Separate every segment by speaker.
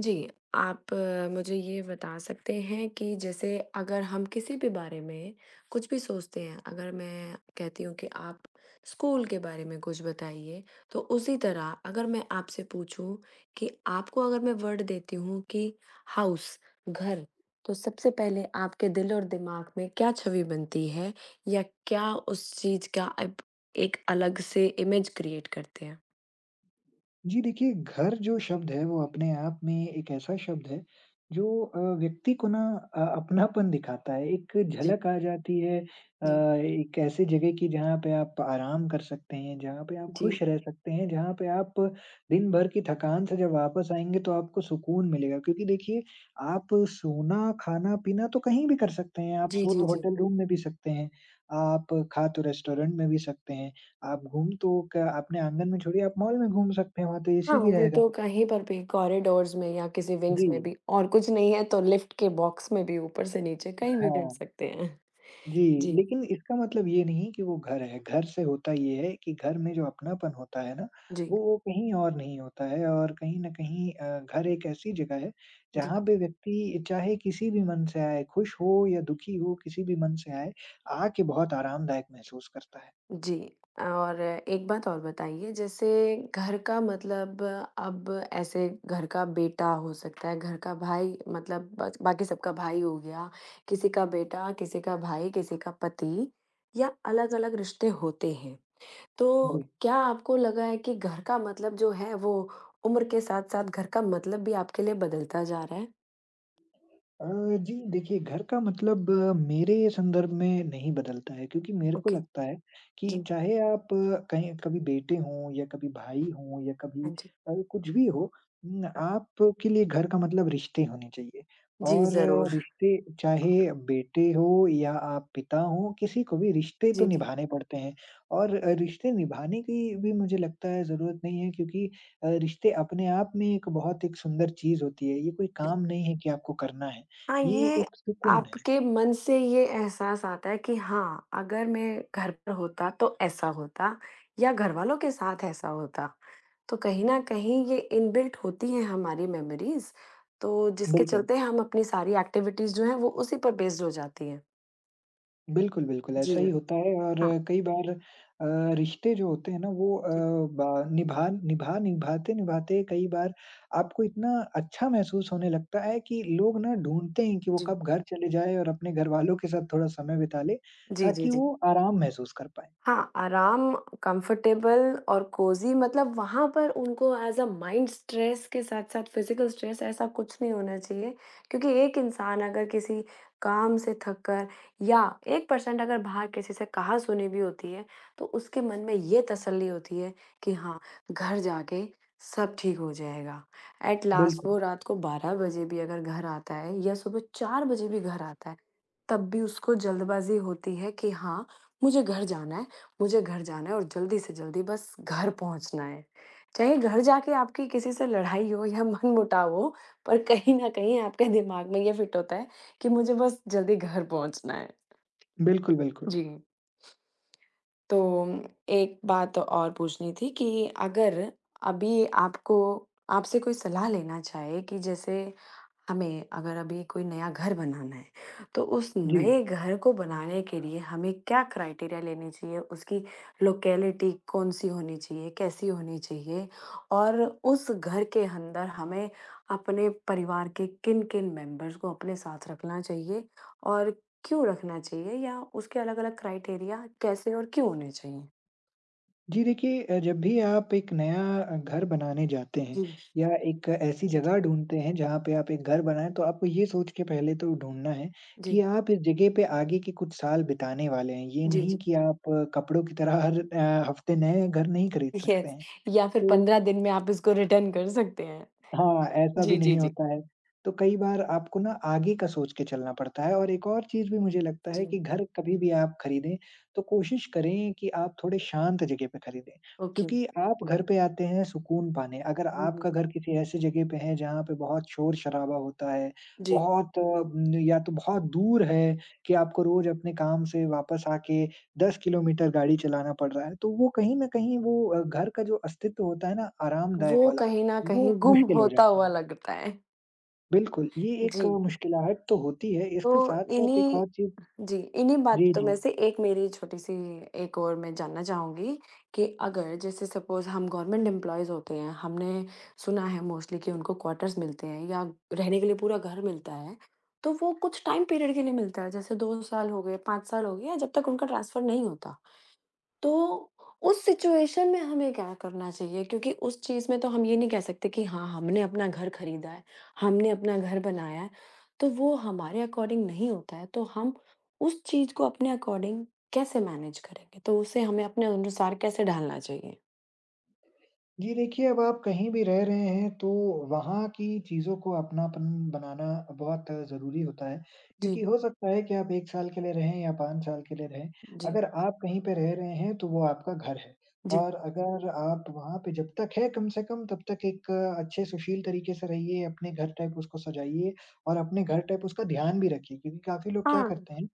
Speaker 1: जी, आप मुझे ये बता सकते हैं कि जैसे अगर हम किसी भी बारे में कुछ भी सोचते हैं, अगर मैं कहती हूँ कि आप स्कूल के बारे में कुछ बताइए, तो उसी तरह अगर मैं आपसे पूछूँ कि आपको अगर मैं वर्ड देती हूँ कि हाउस, घर, तो सबसे पहले आपके दिल और दिमाग में क्या छवि बनती है या क्या उस चीज़ का आप एक अलग से इमेज क्रिएट करते हैं?
Speaker 2: जी देखिए, घर जो शब्द है वो अपने आप में एक ऐसा शब्द है जो व्यक्ति को अपनापन दिखाता है। एक
Speaker 1: जी।
Speaker 2: झलक आ जाती है
Speaker 1: जी,
Speaker 2: एक ऐसी जगह की जहाँ पे आप आराम कर सकते हैं, जहाँ पे आप
Speaker 1: जी।
Speaker 2: खुश रह सकते हैं, जहाँ पे आप दिन भर की थकान से जब वापस आएँगे तो आपको सुकून मिलेगा। क्योंकि देखिए आप सोना, खाना-पीना तो कहीं भी कर सकते हैं, आप
Speaker 1: जी,
Speaker 2: सो
Speaker 1: जी,
Speaker 2: तो
Speaker 1: जी।
Speaker 2: होटल रूम में भी सकते हैं, आप खा तो रेस्टोरेंट में भी सकते हैं। आप घूम तो क्या अपने आँगन में छोड़िए, आप मॉल में घूम सकते हैं, वहाँ तो
Speaker 1: हाँ,
Speaker 2: एसी भी
Speaker 1: वो
Speaker 2: रहेगा।
Speaker 1: तो कहीं पर भी कॉरिडोर्स में या किसी विंग्स में
Speaker 2: जी,
Speaker 1: भी और कुछ नहीं है तो लिफ्ट के बॉक्स में भी ऊपर से नीचे कहीं भी गिर
Speaker 2: हाँ,
Speaker 1: सकते हैं।
Speaker 2: जी,
Speaker 1: जी,
Speaker 2: लेकिन इसका मतलब ये नहीं कि वो घर है। घर से होता ये है कि घर में जो अपनापन होता है ना,
Speaker 1: जी,
Speaker 2: वो कहीं और नहीं होता है और कहीं न कहीं घर एक ऐसी जगह है,
Speaker 1: जी,
Speaker 2: जहाँ पे व्यक्ति चाहे किसी भी मन से आए, खुश हो या दुखी हो, किसी भी मन से आए, आके बहुत आरामदायक महसूस करता है।
Speaker 1: जी। और एक बात और बताइए जैसे घर का मतलब अब ऐसे घर का बेटा हो सकता है, घर का भाई मतलब ब बाकी सबका भाई हो गया, किसी का बेटा, किसी का भाई, किसी का पति या अलग-अलग रिश्ते होते हैं। तो
Speaker 2: जी।
Speaker 1: क्या आपको लगा है कि घर का मतलब जो है वो उम्र के साथ-साथ घर का मतलब भी आपके लिए बदलता जा रहा है?
Speaker 2: अ, जी देखिए, घर का मतलब मेरे संदर्भ में नहीं बदलता है, क्योंकि मेरे को
Speaker 1: ओके,
Speaker 2: लगता है कि
Speaker 1: जी,
Speaker 2: चाहे आप कहीं कभी बेटे हों या कभी भाई हों या कभी
Speaker 1: हाँ जी।
Speaker 2: कुछ भी हो न, आपके लिए घर का मतलब रिश्ते होने चाहिए।
Speaker 1: जी,
Speaker 2: और
Speaker 1: ज़रूर।
Speaker 2: रिश्ते चाहे बेटे हो या आप पिता हो, किसी को भी रिश्ते तो
Speaker 1: जी, जी,
Speaker 2: निभाने पड़ते हैं। और रिश्ते निभाने की भी मुझे लगता है जरूरत नहीं है, क्योंकि रिश्ते अपने आप में एक बहुत एक सुंदर चीज होती है। ये कोई
Speaker 1: जी।
Speaker 2: काम नहीं है कि आपको करना है,
Speaker 1: हाँ,
Speaker 2: ये
Speaker 1: ये
Speaker 2: एक सुकून है।
Speaker 1: आपके मन से ये एहसास आता है कि हाँ, अगर मैं घर पर होता तो ऐसा होता या घरवालों के साथ ऐसा होता। तो कहीं न कहीं ये इनबिल्ट होती हैं हमारी मेमोरीज़, तो जिसके
Speaker 2: बिल्कुल,
Speaker 1: चलते हम अपनी सारी एक्टिविटीज़ जो हैं वो उसी पर बेस्ड हो जाती हैं।
Speaker 2: बिल्कुल, बिल्कुल,
Speaker 1: जी,
Speaker 2: ऐसा ही होता है। और
Speaker 1: हाँ,
Speaker 2: कई बार अ, रिश्ते जो होते हैं ना वो अ,
Speaker 1: जी,
Speaker 2: बा निभा निभा निभाते-निभाते कई बार आपको इतना अच्छा महसूस होने लगता है कि लोग ना ढूँढते हैं कि वो
Speaker 1: जी।
Speaker 2: कब घर चले जाएँ और अपने घरवालों के साथ थोड़ा समय बिता लें,
Speaker 1: जी, जी,
Speaker 2: ताकि
Speaker 1: जी।
Speaker 2: वो आराम महसूस कर पाएँ।
Speaker 1: हाँ, आराम, कम्फ़र्टेबल और कोज़ी मतलब वहाँ पर उनको एज़ अ माइंड स्ट्रेस के साथ-साथ फ़िज़िकल स्ट्रेस ऐसा कुछ नहीं होना चाहिए। क्योंकि एक इंसान अगर किसी काम से थक कर या 1% अगर बाहर किसी से कहा-सुनी भी होती है, तो उसके मन में ये तसल्ली होती है कि हाँ, घर जाके सब ठीक हो जाएगा। एट लास्ट
Speaker 2: बिल्कुल,
Speaker 1: वो रात को 12 बजे भी अगर घर आता है या सुबह 4 बजे भी घर आता है, तब भी उसको जल्दबाज़ी होती है कि हाँ, मुझे घर जाना है मुझे घर जाना है और जल्दी से जल्दी बस घर पहुँचना है। चाहे घर जाके आपकी किसी से लड़ाई हो या मनमुटाव हो, पर कहीं न कहीं आपके दिमाग में ये फिट होता है कि मुझे बस जल्दी घर पहुँचना है।
Speaker 2: बिल्कुल, बिल्कुल।
Speaker 1: जी, तो एक बात और पूछनी थी कि अगर अभी आपको आपसे कोई सलाह लेना चाहे कि जैसे हमें अगर अभी कोई नया घर बनाना है, तो उस
Speaker 2: जी।
Speaker 1: नए घर को बनाने के लिए हमें क्या क्राइटेरिया लेने चाहिए? उसकी लोकेलिटी कौन-सी होनी चाहिए, कैसी होनी चाहिए? और उस घर के अंदर हमें अपने परिवार के किन-किन मेंबर्स को अपने साथ रखना चाहिए और क्यों रखना चाहिए या उसके अलग-अलग क्राइटेरिया कैसे और क्यों होने चाहिए?
Speaker 2: जी देखिए, जब भी आप एक नया घर बनाने जाते हैं
Speaker 1: जी।
Speaker 2: या एक ऐसी
Speaker 1: जी,
Speaker 2: जगह ढूँढते हैं जहाँ पे आप एक घर बनाएँ, तो आपको ये सोच के पहले तो ढूँढना है कि आप इस जगह पे आगे के कुछ साल बिताने वाले हैं। ये
Speaker 1: जी,
Speaker 2: नहीं
Speaker 1: जी।
Speaker 2: कि आप कपड़ों की तरह हर हफ्ते नए घर नहीं खरीद
Speaker 1: जी
Speaker 2: सकते
Speaker 1: यस
Speaker 2: हैं।
Speaker 1: या फिर
Speaker 2: तो
Speaker 1: 15 दिन में आप इसको रिटर्न कर सकते हैं।
Speaker 2: हाँ, ऐसा भी
Speaker 1: जी, जी,
Speaker 2: नहीं
Speaker 1: जी।
Speaker 2: होता है। तो कई बार आपको ना आगे का सोच के चलना पड़ता है। और एक और चीज़ भी मुझे लगता
Speaker 1: जी।
Speaker 2: है कि घर कभी भी आप खरीदें, तो कोशिश करें कि आप थोड़े शांत जगह पे खरीदें।
Speaker 1: ओके।
Speaker 2: क्योंकि आप घर पे आते हैं सुकून पाने, अगर
Speaker 1: हुँ, हुँ।
Speaker 2: आपका घर किसी ऐसी जगह पे है जहाँ पे बहुत शोर-शराबा होता है,
Speaker 1: जी,
Speaker 2: बहुत या तो बहुत दूर है कि आपको रोज़ अपने काम से वापस आके 10 किलोमीटर गाड़ी चलाना पड़ रहा है, तो वो कहीं न कहीं वो घर का जो अस्तित्व होता है ना आरामदायक
Speaker 1: वो
Speaker 2: वाला,
Speaker 1: कहीं न
Speaker 2: वो
Speaker 1: कहीं गुम
Speaker 2: मुश्किल हो
Speaker 1: होता
Speaker 2: जाता
Speaker 1: हुआ
Speaker 2: है।
Speaker 1: लगता है।
Speaker 2: बिल्कुल, ये एक
Speaker 1: जी,
Speaker 2: मुश्किलाहट तो होती है, इसके
Speaker 1: तो
Speaker 2: साथ-साथ एक
Speaker 1: इन्हीं
Speaker 2: और चीज़।
Speaker 1: जी, इन्हीं
Speaker 2: जी,
Speaker 1: बातों
Speaker 2: जी।
Speaker 1: में से एक मेरी छोटी-सी एक और मैं जानना चाहूँगी कि अगर जैसे सपोज़ हम गवर्नमेंट एम्प्लॉइज़ होते हैं, हमने सुना है मोस्टली कि उनको क्वार्टर्स मिलते हैं या रहने के लिए पूरा घर मिलता है, तो वो कुछ टाइम पीरियड के लिए मिलता है, जैसे 2 साल हो गए, 5 साल हो गए या जब तक उनका ट्रांसफ़र नहीं होता। तो उस सिचुएशन में हमें क्या करना चाहिए? क्योंकि उस चीज़ में तो हम ये नहीं कह सकते कि हाँ, हमने अपना घर खरीदा है, हमने अपना घर बनाया है, तो वो हमारे अकॉर्डिंग नहीं होता है। तो हम उस चीज़ को अपने अकॉर्डिंग कैसे मैनेज करेंगे? तो उसे हमें अपने अनुसार कैसे ढालना चाहिए?
Speaker 2: जी, देखिए अब आप कहीं भी रह रहे हैं तो वहाँ की चीज़ों को अपनापन बनाना बहुत ज़रूरी होता है,
Speaker 1: जी,
Speaker 2: क्योंकि हो सकता है कि आप 1 साल के लिए रहें या 5 साल के लिए रहें,
Speaker 1: जी,
Speaker 2: अगर आप कहीं पे रह रहे हैं तो वो आपका घर है।
Speaker 1: जी।
Speaker 2: और अगर आप वहाँ पे जब तक है कम से कम तब तक एक अच्छे सुशील तरीके से रहिए, अपने घर टाइप उसको सजाइए और अपने घर टाइप उसका ध्यान भी रखिए, क्योंकि काफ़ी लोग क्या
Speaker 1: हाँ।
Speaker 2: करते हैं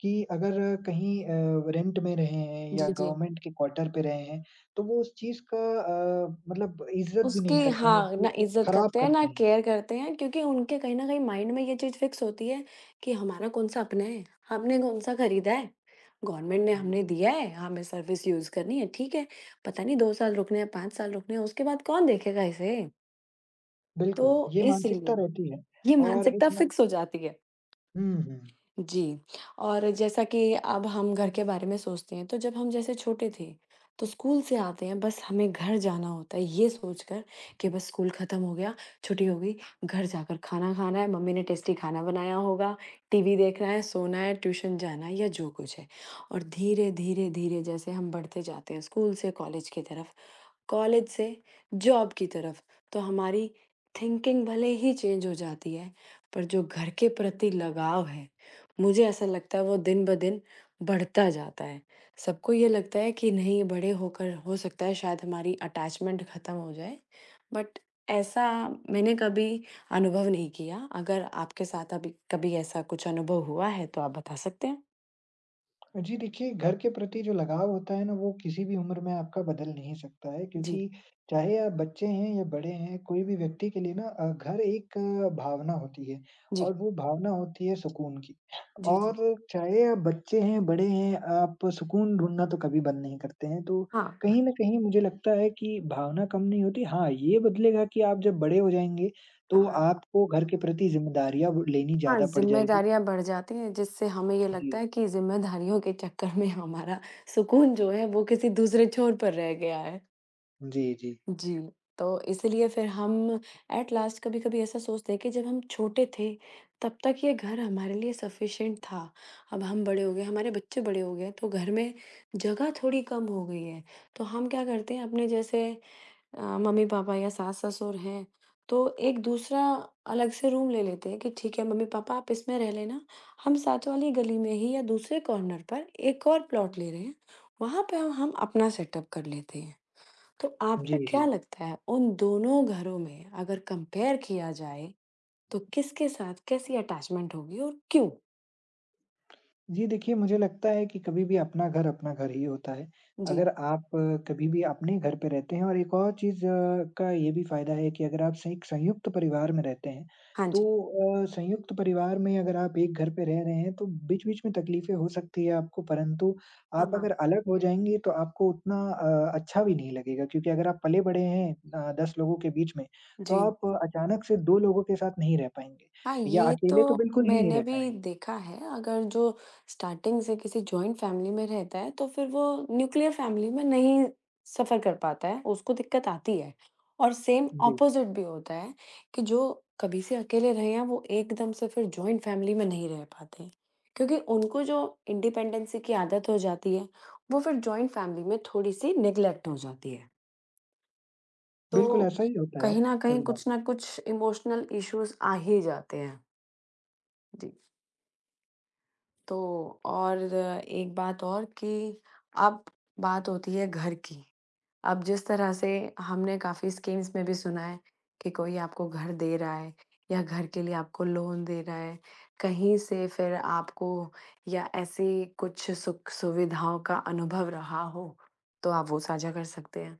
Speaker 2: कि अगर कहीं रेंट में रहे हैं या
Speaker 1: जी, जी।
Speaker 2: गवर्नमेंट के क्वार्टर पे रहे हैं, तो वो उस चीज़ का मतलब इज़्ज़त भी
Speaker 1: उसकी
Speaker 2: नहीं करते हैं, उस
Speaker 1: हाँ, ना
Speaker 2: चीज़ को
Speaker 1: इज़्ज़त
Speaker 2: खराब
Speaker 1: करते हैं, ना
Speaker 2: करते हैं।
Speaker 1: केयर करते हैं क्योंकि उनके कहीं न कहीं माइंड में ये चीज़ फ़िक्स होती है कि हमारा कौन-सा अपना है, हमने कौन-सा खरीदा है, गवर्नमेंट ने
Speaker 2: हुँ,
Speaker 1: हमने
Speaker 2: जी।
Speaker 1: दिया है, हमें सर्विस यूज़ करनी है, ठीक है। पता नहीं 2 साल रुकने हैं, 5 साल रुकने हैं, उसके बाद कौन देखेगा इसे? तो
Speaker 2: बिल्कुल, ये मानसिकता
Speaker 1: इसलिए
Speaker 2: रहती है
Speaker 1: ये
Speaker 2: और
Speaker 1: मानसिकता
Speaker 2: इसमें
Speaker 1: फ़िक्स हो जाती है।
Speaker 2: हुँ, हुँ।
Speaker 1: जी, और जैसा कि अब हम घर के बारे में सोचते हैं, तो जब हम जैसे छोटे थे, तो स्कूल से आते हैं, बस हमें घर जाना होता है, ये सोचकर कि बस स्कूल खत्म हो गया, छुट्टी हो गई, घर जाकर खाना खाना है, मम्मी ने टेस्टी खाना बनाया होगा, टीवी देखना है, सोना है, ट्यूशन जाना है या जो कुछ है। और धीरे, धीरे, धीरे जैसे हम बढ़ते जाते हैं स्कूल से कॉलेज की तरफ, कॉलेज से जॉब की तरफ तो हमारी थिंकिंग भले ही चेंज हो जाती है पर जो घर के प्रति लगाव है मुझे ऐसा लगता है वो दिन ब दिन बढ़ता जाता है। सबको ये लगता है कि नहीं बड़े होकर हो सकता है शायद हमारी अटैचमेंट ख़त्म हो जाए बट ऐसा मैंने कभी अनुभव नहीं किया। अगर आपके साथ अभी कभी ऐसा कुछ अनुभव हुआ है तो आप बता सकते हैं?
Speaker 2: जी देखिए, घर के प्रति जो लगाव होता है ना, वो किसी भी उम्र में आपका बदल नहीं सकता है,
Speaker 1: जी,
Speaker 2: क्योंकि चाहे आप बच्चे हैं या बड़े हैं, कोई भी व्यक्ति के लिए ना घर एक भावना होती है
Speaker 1: जी,
Speaker 2: और वो भावना होती है सुकून की।
Speaker 1: जी, जी।
Speaker 2: और चाहे आप बच्चे हैं, बड़े हैं, आप सुकून ढूँढना तो कभी बंद नहीं करते हैं। तो
Speaker 1: हाँ,
Speaker 2: कहीं न कहीं मुझे लगता है कि भावना कम नहीं होती। हाँ, ये बदलेगा कि आप जब बड़े हो जाएँगे, तो
Speaker 1: हाँ।
Speaker 2: आपको घर के प्रति ज़िम्मेदारियाँ ब लेनी
Speaker 1: हाँ,
Speaker 2: ज़्यादा पड़ जाएगी।
Speaker 1: ज़िम्मेदारियाँ बढ़ जाती हैं जिससे हमें ये लगता
Speaker 2: जी।
Speaker 1: है कि ज़िम्मेदारियों के चक्कर में हमारा सुकून जो है वो किसी दूसरे छोर पर रह गया है।
Speaker 2: जी, जी।
Speaker 1: जी, तो इसीलिए फिर हम एट लास्ट कभी-कभी ऐसा सोचते हैं कि जब हम छोटे थे तब तक ये घर हमारे लिए सफ़िशिएंट था। अब हम बड़े हो गए, हमारे बच्चे बड़े हो गए तो घर में जगह थोड़ी कम हो गई है। तो हम क्या करते हैं अपने जैसे मम्मी-पापा या सास-ससुर हैं, तो एक दूसरा अलग से रूम ले लेते हैं कि ठीक है मम्मी-पापा आप इसमें रह लेना, हम साथ वाली गली में ही या दूसरे कॉर्नर पर एक और प्लॉट ले रहे हैं, वहाँ पे हम अपना सेटअप कर लेते हैं। तो
Speaker 2: जी,
Speaker 1: आपको क्या
Speaker 2: जी।
Speaker 1: लगता है उन दोनों घरों में अगर कंपेयर किया जाए, तो किसके साथ कैसी अटैचमेंट होगी और क्यों?
Speaker 2: जी, देखिए मुझे लगता है कि कभी भी अपना घर ही होता है।
Speaker 1: जी।
Speaker 2: अगर आप कभी भी अपने घर पे रहते हैं और एक और चीज़ का ये भी फ़ायदा है कि अगर आप स एक संयुक्त परिवार में रहते हैं,
Speaker 1: हाँ जी।
Speaker 2: तो संयुक्त परिवार में अगर आप एक घर पे रह रहे हैं, तो बीच-बीच में तकलीफ़ें हो सकती है आपको, परंतु
Speaker 1: हाँ,
Speaker 2: आप
Speaker 1: हाँ।
Speaker 2: अगर अलग हो जाएँगे, तो आपको उतना अच्छा भी नहीं लगेगा, क्योंकि अगर आप पले-बड़े हैं 10 लोगों के बीच में, तो
Speaker 1: जी।
Speaker 2: आप अचानक से 2 लोगों के साथ नहीं रह पाएँगे
Speaker 1: हाँ,
Speaker 2: या
Speaker 1: ये
Speaker 2: अकेले तो
Speaker 1: तो
Speaker 2: बिल्कुल ही नहीं
Speaker 1: मैंने
Speaker 2: रह
Speaker 1: भी
Speaker 2: पाएँगे।
Speaker 1: देखा है, अगर जो स्टार्टिंग से किसी जॉइंट फ़ैमिली में रहता है, तो फिर वो न्यूक्लियर फ़ैमिली में नहीं सफ़र कर पाता है, उसको दिक्कत आती है। और सेम
Speaker 2: जी।
Speaker 1: ऑपोज़िट भी होता है कि जो कभी से अकेले रहे हैं, वो एकदम से फिर जॉइंट फ़ैमिली में नहीं रह पाते। क्योंकि उनको जो इंडिपेंडेंसी की आदत हो जाती है, वो फिर जॉइंट फ़ैमिली में थोड़ी-सी नेगलेक्ट हो जाती है। तो
Speaker 2: बिल्कुल, ऐसा ही होता है
Speaker 1: कहीं न कहीं
Speaker 2: कई बार।
Speaker 1: कुछ न कुछ इमोशनल इश्यूज़ आ ही जाते हैं। जी। तो और एक बात और कि अब बात होती है घर की। अब जिस तरह से हमने काफ़ी स्कीम्स में भी सुना है कि कोई आपको घर दे रहा है या घर के लिए आपको लोन दे रहा है, कहीं से फिर आपको या ऐसी कुछ सुख सुविधाओं का अनुभव रहा हो, तो आप वो साझा कर सकते हैं।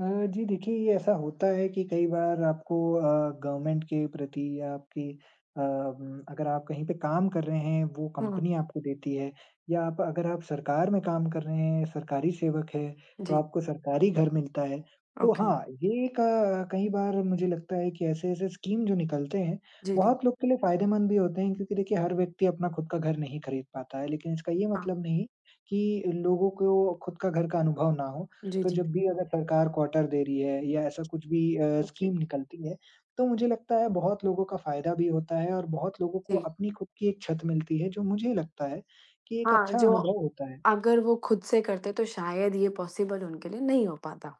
Speaker 2: अ, जी देखिए, ये ऐसा होता है कि कई बार आपको गवर्नमेंट के प्रति या आपकी अगर आप कहीं पे काम कर रहे हैं, वो
Speaker 1: हुँ,
Speaker 2: कंपनी आपको देती है, या आप अगर आप सरकार में काम कर रहे हैं, सरकारी सेवक हैं, तो
Speaker 1: जी,
Speaker 2: आपको सरकारी घर मिलता है। तो
Speaker 1: ओके।
Speaker 2: हाँ, ये एक कई बार मुझे लगता है कि ऐसे-ऐसे स्कीम जो निकलते हैं,
Speaker 1: जी, जी।
Speaker 2: बहुत लोग के लिए फ़ायदेमंद भी होते हैं, क्योंकि देखिए हर व्यक्ति अपना खुद का घर नहीं खरीद पाता है। लेकिन इसका ये
Speaker 1: हाँ,
Speaker 2: मतलब नहीं कि लोगों को खुद का घर का अनुभव ना हो।
Speaker 1: जी,
Speaker 2: तो
Speaker 1: जी।
Speaker 2: जब भी अगर सरकार क्वार्टर दे रही है या ऐसा कुछ भी
Speaker 1: ओके,
Speaker 2: स्कीम निकलती है, तो मुझे लगता है बहुत लोगों का फ़ायदा भी होता है और बहुत लोगों को
Speaker 1: जी।
Speaker 2: अपनी खुद की एक छत मिलती है, जो मुझे लगता है कि एक
Speaker 1: हाँ,
Speaker 2: अच्छा
Speaker 1: जो
Speaker 2: अनुभव होता है।
Speaker 1: अगर वो खुद से करते तो शायद ये पॉसिबल उनके लिए नहीं हो पाता।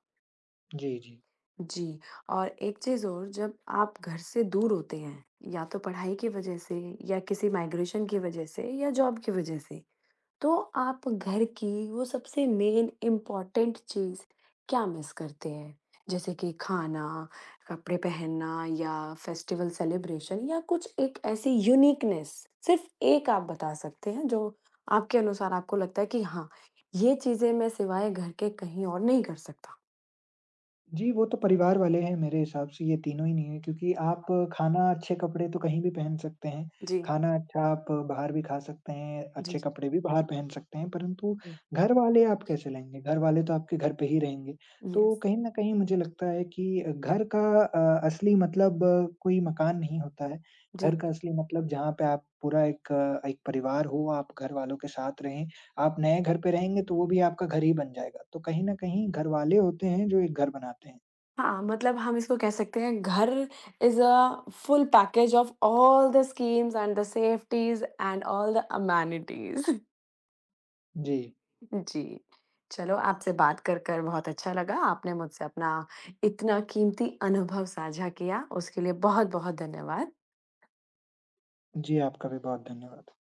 Speaker 2: जी, जी।
Speaker 1: जी, और एक चीज़ और जब आप घर से दूर होते हैं, या तो पढ़ाई की वजह से या किसी माइग्रेशन की वजह से या जॉब की वजह से, तो आप घर की वो सबसे मेन इम्पोर्टेंट चीज़ क्या मिस करते हैं? जैसे कि खाना, कपड़े पहनना या फेस्टिवल सेलिब्रेशन या कुछ एक ऐसी यूनिकनेस, सिर्फ़ एक आप बता सकते हैं जो आपके अनुसार आपको लगता है कि हाँ, ये चीज़ें मैं सिवाय घर के कहीं और नहीं कर सकता?
Speaker 2: जी, वो तो परिवार वाले हैं मेरे हिसाब से, ये तीनों ही नहीं है क्योंकि आप खाना अच्छे कपड़े तो कहीं भी पहन सकते हैं।
Speaker 1: जी,
Speaker 2: खाना अच्छा आप बाहर भी खा सकते हैं,
Speaker 1: जी।
Speaker 2: अच्छे कपड़े भी बाहर पहन सकते हैं, परंतु घर वाले आप कैसे लाएँगे? घर वाले तो आपके घर पे ही रहेंगे। तो
Speaker 1: यस,
Speaker 2: कहीं न कहीं मुझे लगता है कि घर का असली मतलब कोई मकान नहीं होता है। घर
Speaker 1: जी।
Speaker 2: का असली मतलब जहाँ पे आप पूरा एक एक परिवार हो, आप घर वालों के साथ रहें, आप नए घर पे रहेंगे तो वो भी आपका घर ही बन जाएगा। तो कहीं न कहीं घरवाले होते हैं जो एक घर बनाते हैं।
Speaker 1: हाँ, मतलब हम इसको कह सकते हैं घर is a full package of all the schemes and the safeties and all the amenities
Speaker 2: जी।
Speaker 1: जी। चलो आपसे बात कर बहुत अच्छा लगा। आपने मुझसे अपना इतना कीमती अनुभव साझा किया, उसके लिए बहुत-बहुत धन्यवाद।
Speaker 2: जी, आपका भी बहुत धन्यवाद।